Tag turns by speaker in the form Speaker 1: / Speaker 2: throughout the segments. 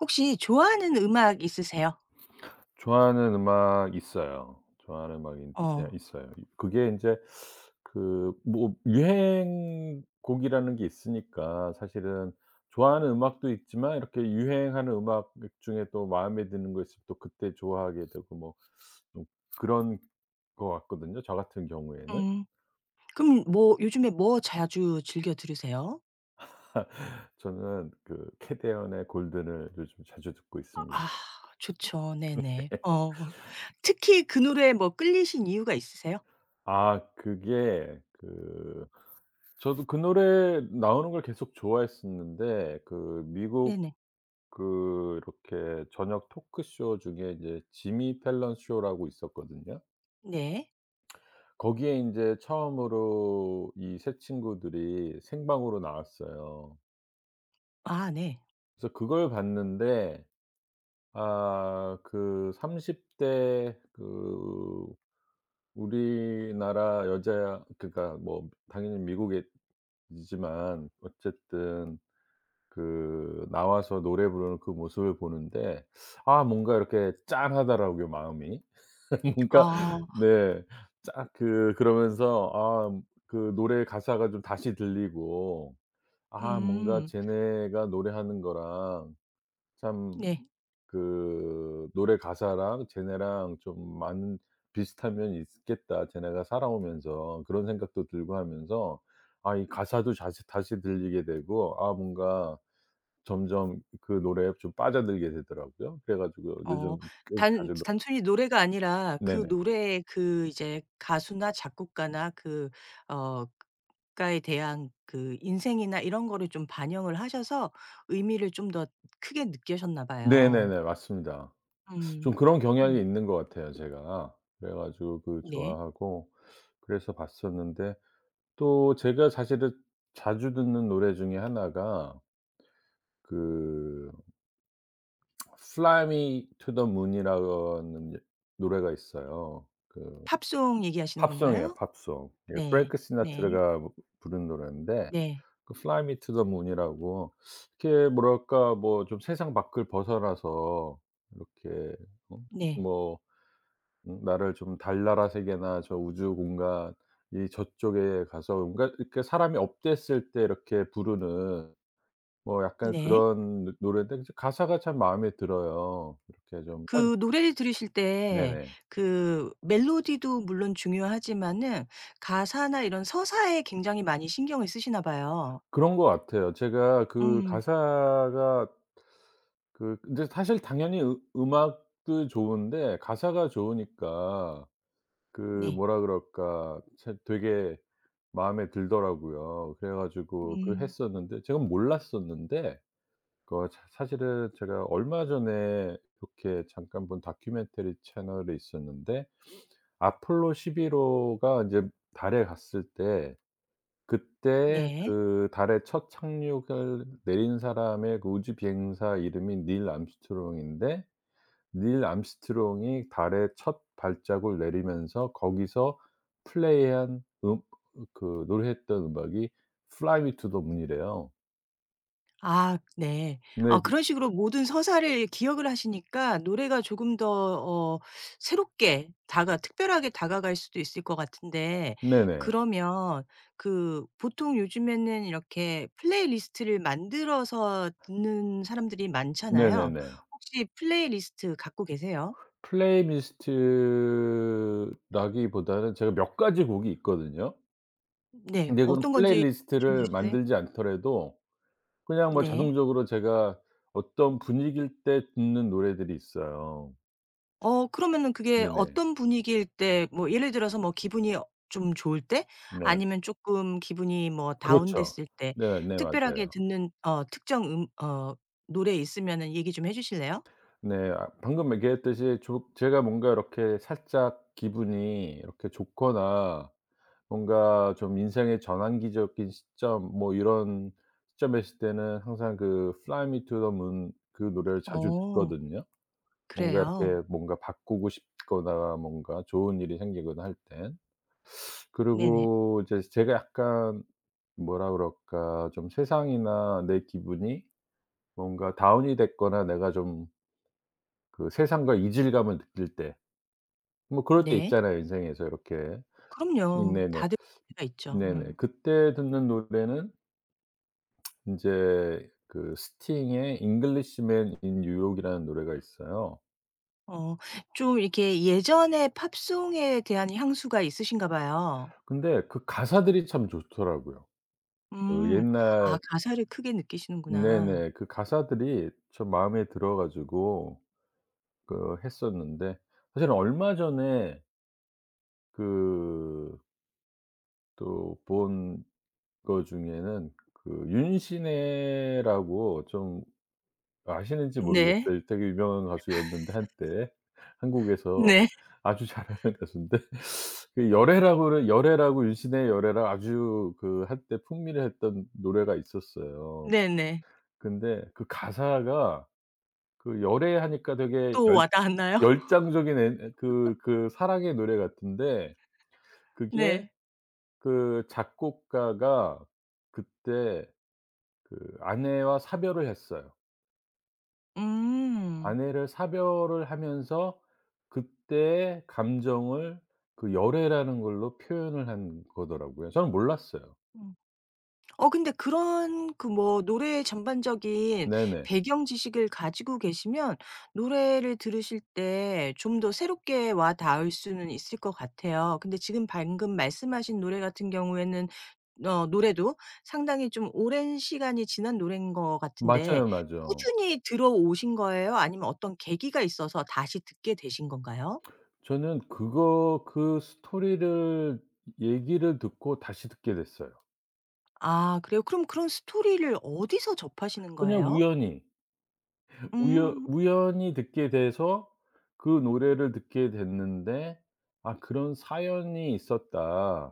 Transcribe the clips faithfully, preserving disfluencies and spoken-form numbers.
Speaker 1: 혹시 좋아하는 음악 있으세요?
Speaker 2: 좋아하는 음악 있어요. 좋아하는 음악이 예,
Speaker 1: 어.
Speaker 2: 있어요. 그게 인제 그 뭐 유행곡이라는 게 있으니까 사실은 좋아하는 음악도 있지만 이렇게 유행하는 음악 중에 또 마음에 드는 거 있으면 또 그때 좋아하게 되고 뭐 좀 그런 것 같거든요, 저 같은 경우에는.
Speaker 1: 음. 그럼 뭐 요즘에 뭐 자주 즐겨 들으세요?
Speaker 2: 저는 그 캐대언의 골든을 요즘 자주 듣고
Speaker 1: 아,
Speaker 2: 있습니다.
Speaker 1: 좋죠. 네네. 어. 특히 그 노래에 뭐 끌리신 이유가 있으세요?
Speaker 2: 아 그게 그 저도 그 노래 나오는 걸 계속 좋아했었는데 그 미국
Speaker 1: 네네.
Speaker 2: 그 이렇게 저녁 토크쇼 중에 이제 지미 펠런 쇼라고 있었거든요.
Speaker 1: 네.
Speaker 2: 거기에 인제 처음으로 이 세 친구들이 생방으로 나왔어요.
Speaker 1: 아, 네.
Speaker 2: 그래서 그걸 봤는데 아그삼십 대 그 우리나라 여자야, 그러니까 뭐 당연히 미국 이지만 어쨌든 그 나와서 노래 부르는 그 모습을 보는데 아 뭔가 이렇게 짠하더라고요 마음이. 뭔가
Speaker 1: 아.
Speaker 2: 네. 짜 그 그러면서 아 그 노래 가사가 좀 다시 들리고 아 뭔가
Speaker 1: 음.
Speaker 2: 쟤네가 노래하는 거랑 참
Speaker 1: 네.
Speaker 2: 그 노래 가사랑 쟤네랑 좀 많은 비슷한 면이 있겠다, 쟤네가 살아오면서. 그런 생각도 들고 하면서 아 이 가사도 다시 다시 들리게 되고 아 뭔가 점점 그 노래에 좀 빠져들게 되더라고요. 그래 가지고
Speaker 1: 어.
Speaker 2: 요즘 꽤
Speaker 1: 단
Speaker 2: 자주 너
Speaker 1: 단순히 노래가 아니라 그
Speaker 2: 네네.
Speaker 1: 노래의 그 이제 가수나 작곡가나 그 어 가에 대한 그 인생이나 이런 거를 좀 반영을 하셔서 의미를 좀 더 크게 느끼셨나 봐요.
Speaker 2: 네네네. 맞습니다. 좀
Speaker 1: 음.
Speaker 2: 그런 경향이
Speaker 1: 음.
Speaker 2: 있는 것 같아요 제가. 그래 가지고 그
Speaker 1: 네.
Speaker 2: 좋아하고 그래서 봤었는데 또 제가 사실은 자주 듣는 노래 중에 하나가 그 Fly Me to the Moon이라는, 예, 노래가 있어요. 그
Speaker 1: 팝송 얘기하시는
Speaker 2: 팝송이에요,
Speaker 1: 건가요?
Speaker 2: 팝송. 예,
Speaker 1: 네.
Speaker 2: 프랭크
Speaker 1: 네.
Speaker 2: 시나트라가 부른 노래인데
Speaker 1: 네.
Speaker 2: 그 Fly Me to the Moon이라고 이렇게 뭐랄까 뭐 좀 세상 밖을 벗어나서 이렇게 어
Speaker 1: 네.
Speaker 2: 뭐 음 나를 좀 달나라 세계나 저 우주 공간 이 저쪽에 가서 뭔가 이렇게 사람이 업됐을 때 이렇게 부르는 뭐 약간
Speaker 1: 네.
Speaker 2: 그런 노 노래인데 이제 가사가 참 마음에 들어요. 이렇게 좀 현
Speaker 1: 그 노래를 들으실 때
Speaker 2: 네네.
Speaker 1: 그 멜로디도 물론 중요하지만은 가사나 이런 서사에 굉장히 많이 신경을 쓰시나 봐요.
Speaker 2: 그런 것 같아요. 제가 그
Speaker 1: 음.
Speaker 2: 가사가 그 근데 사실 당연히 음- 음악도 좋은데 가사가 좋으니까 그
Speaker 1: 네.
Speaker 2: 뭐라 그럴까 참 되게 마음에 들더라고요. 그래 가지고 그
Speaker 1: 음.
Speaker 2: 했었는데 제가 몰랐었는데 그 사 사실은 제가 얼마 전에 이렇게 잠깐 본 다큐멘터리 채널에 있었는데 아폴로 십일 호가 이제 달에 갔을 때, 그때
Speaker 1: 네.
Speaker 2: 그 달에 첫 착륙을 내린 사람의 그 우주 비행사 이름이 닐 암스트롱인데, 닐 암스트롱이 달에 첫 발자국을 내리면서 거기서 플레이한 음 그 노래했던 음악이 Fly Me to the Moon이래요.
Speaker 1: 아, 네.
Speaker 2: 네.
Speaker 1: 아,
Speaker 2: 그,
Speaker 1: 그런 식으로 모든 서사를 기억을 하시니까 노래가 조금 더 어 새롭게 다가 특별하게 다가갈 수도 있을 것 같은데.
Speaker 2: 네네.
Speaker 1: 그러면 그 보통 요즘에는 이렇게 플레이리스트를 만들어서 듣는 사람들이 많잖아요.
Speaker 2: 네네네.
Speaker 1: 혹시 플레이리스트 갖고 계세요?
Speaker 2: 플레이리스트라기보다는 제가 몇 가지 곡이 있거든요.
Speaker 1: 네.
Speaker 2: 근데 그런
Speaker 1: 어떤 건지 좀 해
Speaker 2: 플레이리스트를
Speaker 1: 주실래요?
Speaker 2: 만들지 않더라도 그냥 뭐
Speaker 1: 네.
Speaker 2: 자동적으로 제가 어떤 분위기일 때 듣는 노래들이 있어요.
Speaker 1: 어, 그러면은 그게
Speaker 2: 네네.
Speaker 1: 어떤 분위기일 때 뭐 예를 들어서 뭐 기분이 어 좀 좋을 때
Speaker 2: 네.
Speaker 1: 아니면 조금 기분이 뭐
Speaker 2: 그렇죠.
Speaker 1: 다운됐을 때
Speaker 2: 네네,
Speaker 1: 특별하게
Speaker 2: 맞아요.
Speaker 1: 듣는 어 특정 음 어 노래 있으면은 얘기 좀 해 주실래요?
Speaker 2: 네. 아 방금 얘기했듯이 조 제가 뭔가 이렇게 살짝 기분이 이렇게 좋거나 뭔가 좀 인생의 전환기적인 시점 뭐 이런 시점에 있을 때는 항상 그 Fly Me to the Moon 그 노래를 자주
Speaker 1: 어,
Speaker 2: 듣거든요. 뭔가
Speaker 1: 그래요.
Speaker 2: 이렇게 뭔가 바꾸고 싶거나 뭔가 좋은 일이 생기거나 할 땐.
Speaker 1: 네네.
Speaker 2: 그리고 이제 제가 약간 뭐라 그럴까 좀 세상이나 내 기분이 뭔가 다운이 됐거나 내가 좀 그 세상과 이질감을 느낄 때 뭐 그럴 때
Speaker 1: 네.
Speaker 2: 있잖아요 인생에서 이렇게.
Speaker 1: 그럼요.
Speaker 2: 네네.
Speaker 1: 다들 문제가 있죠.
Speaker 2: 네네.
Speaker 1: 음.
Speaker 2: 그때 듣는 노래는 인제 그 스팅의 잉글리시맨 인 뉴욕이라는 노래가 있어요.
Speaker 1: 어, 좀 이렇게 예전의 팝송에 대한 향수가 있으신가 봐요.
Speaker 2: 근데 그 가사들이 참 좋더라고요. 그
Speaker 1: 음.
Speaker 2: 옛날
Speaker 1: 아, 가사를 크게 느끼시는구나.
Speaker 2: 네네. 그 가사들이 저 마음에 들어 가지고 그 했었는데 사실은 얼마 전에 그 또 본거 중에는 그 윤신혜라고, 좀 아시는지
Speaker 1: 네.
Speaker 2: 모르겠어요. 되게 유명한 가수였는데 한때 한국에서
Speaker 1: 네.
Speaker 2: 아주 잘하는 가수인데 그 열애라고는, 열애라고, 윤신혜의 열애라, 아주 그 한때 풍미를 했던 노래가 있었어요.
Speaker 1: 네네.
Speaker 2: 근데 그 가사가 그 열애하니까 되게
Speaker 1: 또
Speaker 2: 열
Speaker 1: 와 닿았나요?
Speaker 2: 열정적인 엔 그 그 사랑의 노래 같은데 그게
Speaker 1: 네.
Speaker 2: 그 작곡가가 그때 그 아내와 사별을 했어요.
Speaker 1: 음.
Speaker 2: 아내를 사별을 하면서 그때의 감정을 그 열애라는 걸로 표현을 한 거더라고요. 저는 몰랐어요.
Speaker 1: 음. 어, 근데 그런 그 뭐 노래의 전반적인
Speaker 2: 네네.
Speaker 1: 배경 지식을 가지고 계시면 노래를 들으실 때 좀 더 새롭게 와 닿을 수는 있을 것 같아요. 근데 지금 방금 말씀하신 노래 같은 경우에는 어 노래도 상당히 좀 오랜 시간이 지난 노래인 것 같은데
Speaker 2: 맞아요, 맞아요.
Speaker 1: 꾸준히 들어오신 거예요? 아니면 어떤 계기가 있어서 다시 듣게 되신 건가요?
Speaker 2: 저는 그거 그 스토리를 얘기를 듣고 다시 듣게 됐어요.
Speaker 1: 아, 그래요? 그럼 그런 스토리를 어디서 접하시는
Speaker 2: 그냥
Speaker 1: 거예요?
Speaker 2: 우연히. 우여
Speaker 1: 음.
Speaker 2: 우연히 듣게 돼서 그 노래를 듣게 됐는데 '아 그런 사연이 있었다.'는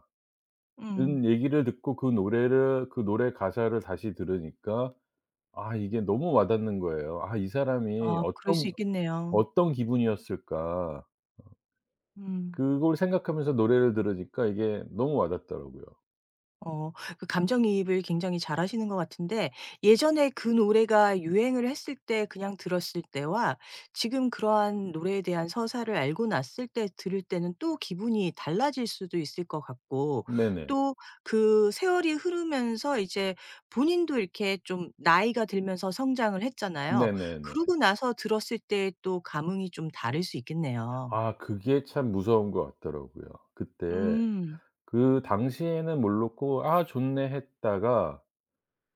Speaker 1: 음.
Speaker 2: 얘기를 듣고 그 노래를 그 노래 가사를 다시 들으니까 아 이게 너무 와닿는 거예요. '아 이 사람이
Speaker 1: 아, 그럴 수
Speaker 2: 어떤
Speaker 1: 있겠네요.
Speaker 2: 어떤 기분이었을까.'
Speaker 1: 음.
Speaker 2: 그걸 생각하면서 노래를 들으니까 이게 너무 와닿더라고요.
Speaker 1: 어, 그 감정이입을 굉장히 잘하시는 것 같은데 예전에 그 노래가 유행을 했을 때 그냥 들었을 때와 지금 그러한 노래에 대한 서사를 알고 났을 때 들을 때는 또 기분이 달라질 수도 있을 것 같고,
Speaker 2: 네네.
Speaker 1: 또 그 세월이 흐르면서 이제 본인도 이렇게 좀 나이가 들면서 성장을 했잖아요.
Speaker 2: 네네네.
Speaker 1: 그러고 나서 들었을 때 또 감흥이 좀 다를 수 있겠네요.
Speaker 2: 아 그게 참 무서운 것 같더라고요. 그때
Speaker 1: 음.
Speaker 2: 그 당시에는 몰랐고 '아 좋네.' 했다가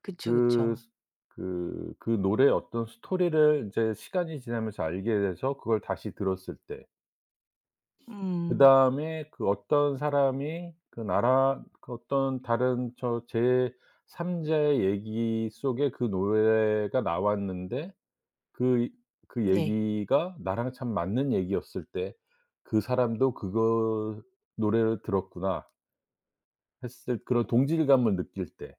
Speaker 1: 그쵸,
Speaker 2: 그
Speaker 1: 그쵸.
Speaker 2: 그 그 노래의 어떤 스토리를 인제 시간이 지나면서 알게 돼서 그걸 다시 들었을 때
Speaker 1: 음.
Speaker 2: 그다음에 그 어떤 사람이 그 나라 그 어떤 다른 저 제 삼 자의 얘기 속에 그 노래가 나왔는데 그 그
Speaker 1: 네.
Speaker 2: 얘기가 나랑 참 맞는 얘기였을 때 '그 사람도 그거 노래를 들었구나.' 했을 그런 동질감을 느낄 때.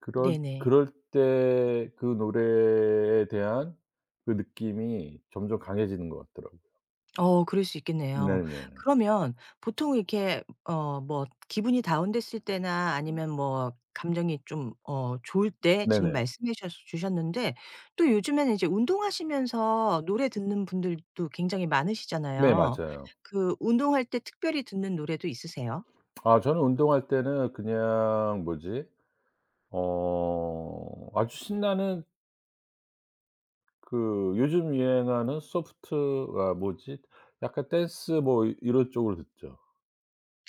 Speaker 2: 그럴
Speaker 1: 네네.
Speaker 2: 그럴 때 그 노래에 대한 그 느낌이 점점 강해지는 것 같더라고요.
Speaker 1: 어, 그럴 수 있겠네요.
Speaker 2: 네네.
Speaker 1: 그러면 보통 이렇게 어 뭐 기분이 다운됐을 때나 아니면 뭐 감정이 좀 어 좋을 때 지금
Speaker 2: 네네.
Speaker 1: 말씀해 주셨 주셨는데 또 요즘에는 이제 운동하시면서 노래 듣는 분들도 굉장히
Speaker 2: 네,
Speaker 1: 많으시잖아요.
Speaker 2: 맞아요.
Speaker 1: 그 운동할 때 특별히 듣는 노래도 있으세요?
Speaker 2: 아 저는 운동할 때는 그냥 뭐지 어 아주 신나는 그 요즘 유행하는 소프트 아 뭐지 약간 댄스 뭐 이런 쪽으로 듣죠.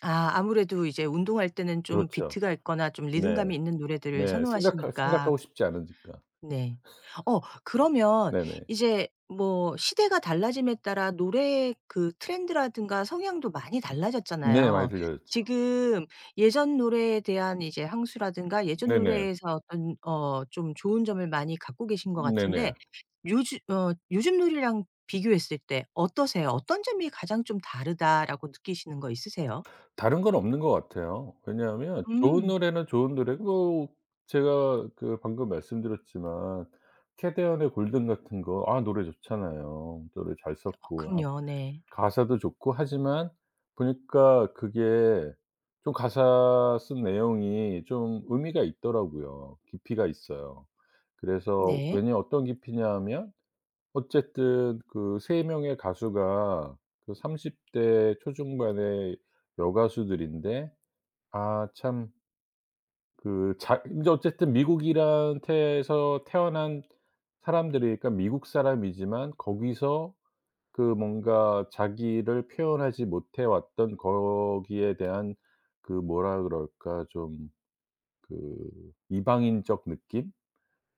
Speaker 1: 아, 아무래도 이제 운동할 때는 좀
Speaker 2: 그렇죠.
Speaker 1: 비트가 있거나 좀
Speaker 2: 네.
Speaker 1: 리듬감이 있는 노래들을
Speaker 2: 네. 생각하
Speaker 1: 선호하시니까.
Speaker 2: 생각하고 싶지 않으니까.
Speaker 1: 네. 어, 그러면
Speaker 2: 네네.
Speaker 1: 이제 뭐 시대가 달라짐에 따라 노래의 그 트렌드라든가 성향도 많이
Speaker 2: 네. 많이
Speaker 1: 달라졌잖아요.
Speaker 2: 들려졌죠.
Speaker 1: 지금 예전 노래에 대한 이제 향수라든가 예전
Speaker 2: 네네.
Speaker 1: 노래에서 어떤 어 좀 좋은 점을 많이 갖고 계신 것
Speaker 2: 네네.
Speaker 1: 같은데 요즘 어 요즘 노래랑 비교했을 때 어떠세요? 어떤 점이 가장 좀 다르다라고 느끼시는 거 있으세요?
Speaker 2: 다른 건 없는 것 같아요. 왜냐하면 좋은
Speaker 1: 음.
Speaker 2: 노래는 좋은 노래고 제가 그 방금 말씀드렸지만 캐대언의 골든 같은 거 아 노래 좋잖아요. 노래 잘
Speaker 1: 어,
Speaker 2: 썼고 아
Speaker 1: 그럼요. 네.
Speaker 2: 가사도 좋고 하지만 보니까 그게 좀 가사 쓴 내용이 좀 의미가 있더라고요. 깊이가 있어요. 그래서
Speaker 1: 네.
Speaker 2: 왜냐 어떤 깊이냐 하면 어쨌든 그 3 명의 가수가 그 삼십 대 초중반의 여가수들인데 아참 그 자 근데 어쨌든 미국이란 태에서 태어난 사람들이니까 미국 사람이지만 거기서 그 뭔가 자기를 표현하지 못해 왔던 거기에 대한 그 뭐라 그럴까 좀 그 이방인적 느낌?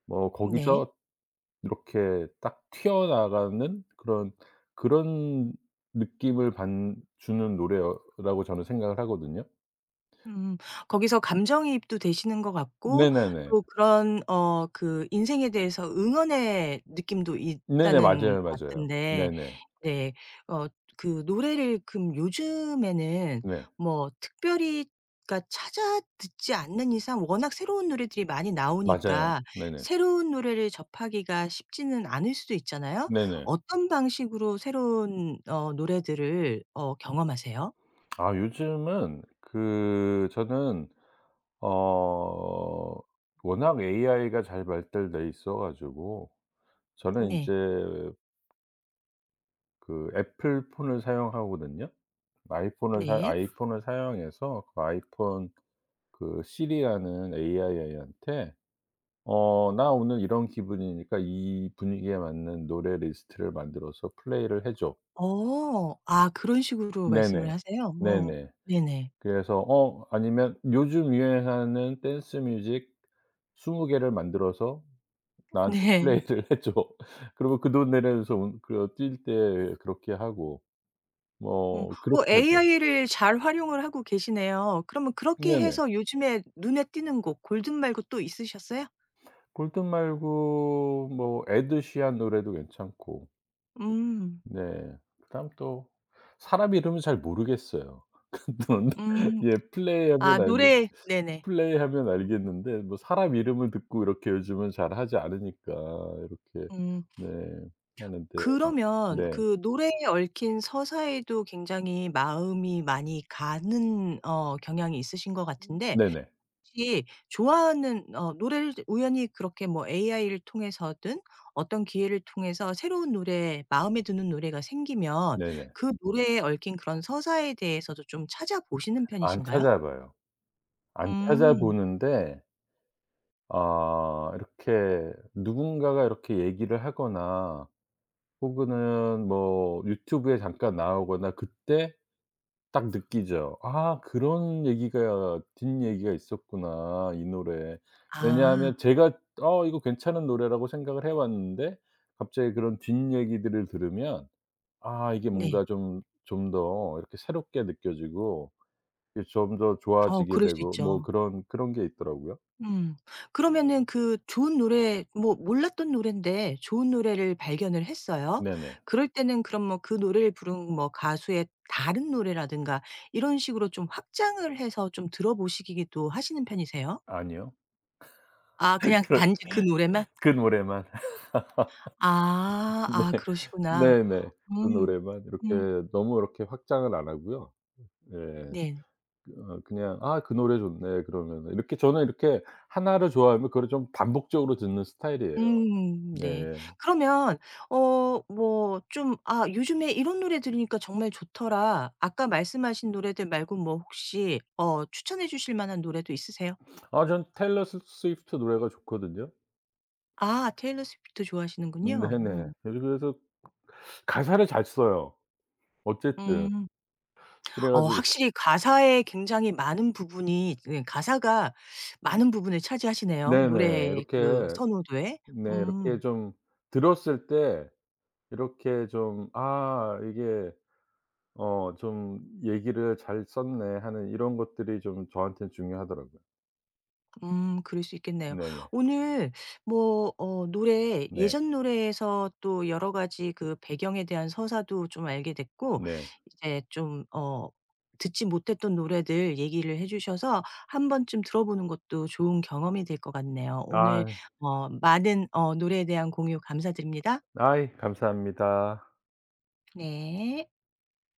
Speaker 2: 뭐
Speaker 1: 네.
Speaker 2: 거기서 이렇게 딱 튀어나가는 그런 그런 느낌을 반 주는 노래라고 저는 생각을 하거든요.
Speaker 1: 음. 거기서 감정이입도 되시는 것 같고
Speaker 2: 네네네.
Speaker 1: 또 그런 어 그 인생에 대해서 응원의 느낌도, 음,
Speaker 2: 네네.
Speaker 1: 있다는
Speaker 2: 맞아요,
Speaker 1: 것
Speaker 2: 맞아요.
Speaker 1: 같은데.
Speaker 2: 네네.
Speaker 1: 네. 어, 그 노래를 그럼 요즘에는
Speaker 2: 네.
Speaker 1: 뭐 특별히 그러니까 찾아 듣지 않는 이상 워낙 새로운 노래들이 많이
Speaker 2: 맞아요.
Speaker 1: 나오니까
Speaker 2: 네네.
Speaker 1: 새로운 노래를 접하기가 쉽지는 않을 수도 있잖아요.
Speaker 2: 네네.
Speaker 1: 어떤 방식으로 새로운 어 노래들을 어 경험하세요?
Speaker 2: 아 요즘은 그 저는 어 워낙 에이아이가 잘 발달돼 있어 가지고 저는 인제
Speaker 1: 네.
Speaker 2: 그 애플 폰을 사용하거든요. 아이폰을 사
Speaker 1: 네.
Speaker 2: 아이폰을 사용해서 그 아이폰 그 시리라는 에이아이한테 어 "나 오늘 이런 기분이니까 이 분위기에 맞는 노래 리스트를 만들어서 플레이를 해 줘."
Speaker 1: 어. 아, 그런 식으로 말씀을
Speaker 2: 네네.
Speaker 1: 하세요? 어.
Speaker 2: 네네.
Speaker 1: 네네.
Speaker 2: 그래서 어 아니면 "요즘 유행하는 댄스 뮤직 스무 개를 만들어서 나한테 플레이를
Speaker 1: 네.
Speaker 2: 해 줘." 그러면 그 노래에서 그 뛸 때 그렇게 하고
Speaker 1: 음.
Speaker 2: 뭐
Speaker 1: 어,
Speaker 2: 그렇게 하죠.
Speaker 1: 에이아이를 잘 활용을 하고 계시네요. 그러면 그렇게
Speaker 2: 네네.
Speaker 1: 해서 요즘에 눈에 띄는 곡 골든 말고 또 있으셨어요?
Speaker 2: 골든 말고 뭐 에드 시한 노래도 괜찮고
Speaker 1: 음.
Speaker 2: 네. 그다음 또 사람 이름은 잘 모르겠어요. 근데
Speaker 1: 음.
Speaker 2: 예
Speaker 1: 아,
Speaker 2: 플레이하면 알겠
Speaker 1: 노래. 네네.
Speaker 2: 플레이하면 알겠는데 뭐 사람 이름을 듣고 이렇게 요즘은 잘 하지 않으니까 이렇게
Speaker 1: 음.
Speaker 2: 네 하는데 뭐
Speaker 1: 그러면
Speaker 2: 네.
Speaker 1: 그 노래에 얽힌 서사에도 굉장히 마음이 많이 가는 어 경향이 있으신 것 같은데
Speaker 2: 네네.
Speaker 1: 혹시 좋아하는 어 노래를 우연히 그렇게 뭐 에이아이를 통해서든 어떤 기회를 통해서 새로운 노래, 마음에 드는 노래가 생기면
Speaker 2: 네네.
Speaker 1: 그 노래에 얽힌 그런 서사에 대해서도 좀 찾아보시는
Speaker 2: 안
Speaker 1: 편이신가요?
Speaker 2: 찾아봐요. 안
Speaker 1: 음.
Speaker 2: 찾아보는데 아 이렇게 누군가가 이렇게 얘기를 하거나 혹은 뭐 유튜브에 잠깐 나오거나 그때 딱 느끼죠. '아 그런 얘기가 뒷얘기가 있었구나 이 노래에.' 왜냐하면
Speaker 1: 아.
Speaker 2: 제가 '어 이거 괜찮은 노래라고 생각을 해 왔는데' 갑자기 그런 뒷얘기들을 들으면 아 이게
Speaker 1: 네.
Speaker 2: 뭔가 좀 좀 더 이렇게 새롭게 느껴지고 이게 좀 더
Speaker 1: 어,
Speaker 2: 좋아지게
Speaker 1: 그럴 수
Speaker 2: 되고 뭐
Speaker 1: 있죠.
Speaker 2: 그런 그런 게 있더라고요.
Speaker 1: 음. 그러면은 그 좋은 노래, 뭐 몰랐던 노랜데 좋은 노래를 발견을 했어요.
Speaker 2: 네네.
Speaker 1: 그럴 때는 그럼 뭐 그 노래를 부른 뭐 가수의 다른 노래라든가 이런 식으로 좀 확장을 해서 좀 들어보시기도 하시는 편이세요?
Speaker 2: 아니요.
Speaker 1: 아, 그냥
Speaker 2: 그
Speaker 1: 단지 그 노래만?
Speaker 2: 그 노래만.
Speaker 1: 아.
Speaker 2: 네.
Speaker 1: 아, 그러시구나.
Speaker 2: 네네. 그
Speaker 1: 음.
Speaker 2: 노래만
Speaker 1: 음.
Speaker 2: 이렇게 너무 이렇게 확장을 안 하고요. 예.
Speaker 1: 네.
Speaker 2: 어 그냥 '아 그 노래 좋네.' 그러면은 이렇게 저는 이렇게 하나를 좋아하면 그거를 좀 반복적으로 듣는 스타일이에요.
Speaker 1: 음, 네.
Speaker 2: 네.
Speaker 1: 그러면 어 뭐 좀 '아, 요즘에 이런 노래 들으니까 정말 좋더라.' 아까 말씀하신 노래들 말고 뭐 혹시 어 추천해 주실 만한 노래도 있으세요?
Speaker 2: 아 전 테일러 스 스위프트 노래가 좋거든요.
Speaker 1: 아, 테일러 스위프트 좋아하시는군요.
Speaker 2: 네네.
Speaker 1: 음.
Speaker 2: 요즘 그래서 가사를 잘 써요, 어쨌든.
Speaker 1: 음.
Speaker 2: 그래
Speaker 1: 어,
Speaker 2: 가지고
Speaker 1: 확실히 가사에 굉장히 많은 부분이 예 가사가 많은 부분을 차지하시네요.
Speaker 2: 네네.
Speaker 1: 노래 그
Speaker 2: 이렇게
Speaker 1: 선호도에.
Speaker 2: 네
Speaker 1: 음.
Speaker 2: 이렇게 좀 들었을 때 이렇게 좀 '아 이게 어 좀 얘기를 잘 썼네.' 하는 이런 것들이 좀 저한테는 중요하더라고요.
Speaker 1: 음, 그럴 수 있겠네요.
Speaker 2: 네네.
Speaker 1: 오늘 뭐 어 노래
Speaker 2: 네.
Speaker 1: 예전 노래에서 또 여러 가지 그 배경에 대한 서사도 좀 알게 됐고
Speaker 2: 네.
Speaker 1: 이제 좀 어 듣지 못했던 노래들 얘기를 해 주셔서 한 번쯤 들어보는 것도 좋은 경험이 될 것 같네요. 오늘
Speaker 2: 아.
Speaker 1: 어 많은 어 노래에 대한 공유 감사드립니다.
Speaker 2: 아이 감사합니다.
Speaker 1: 네.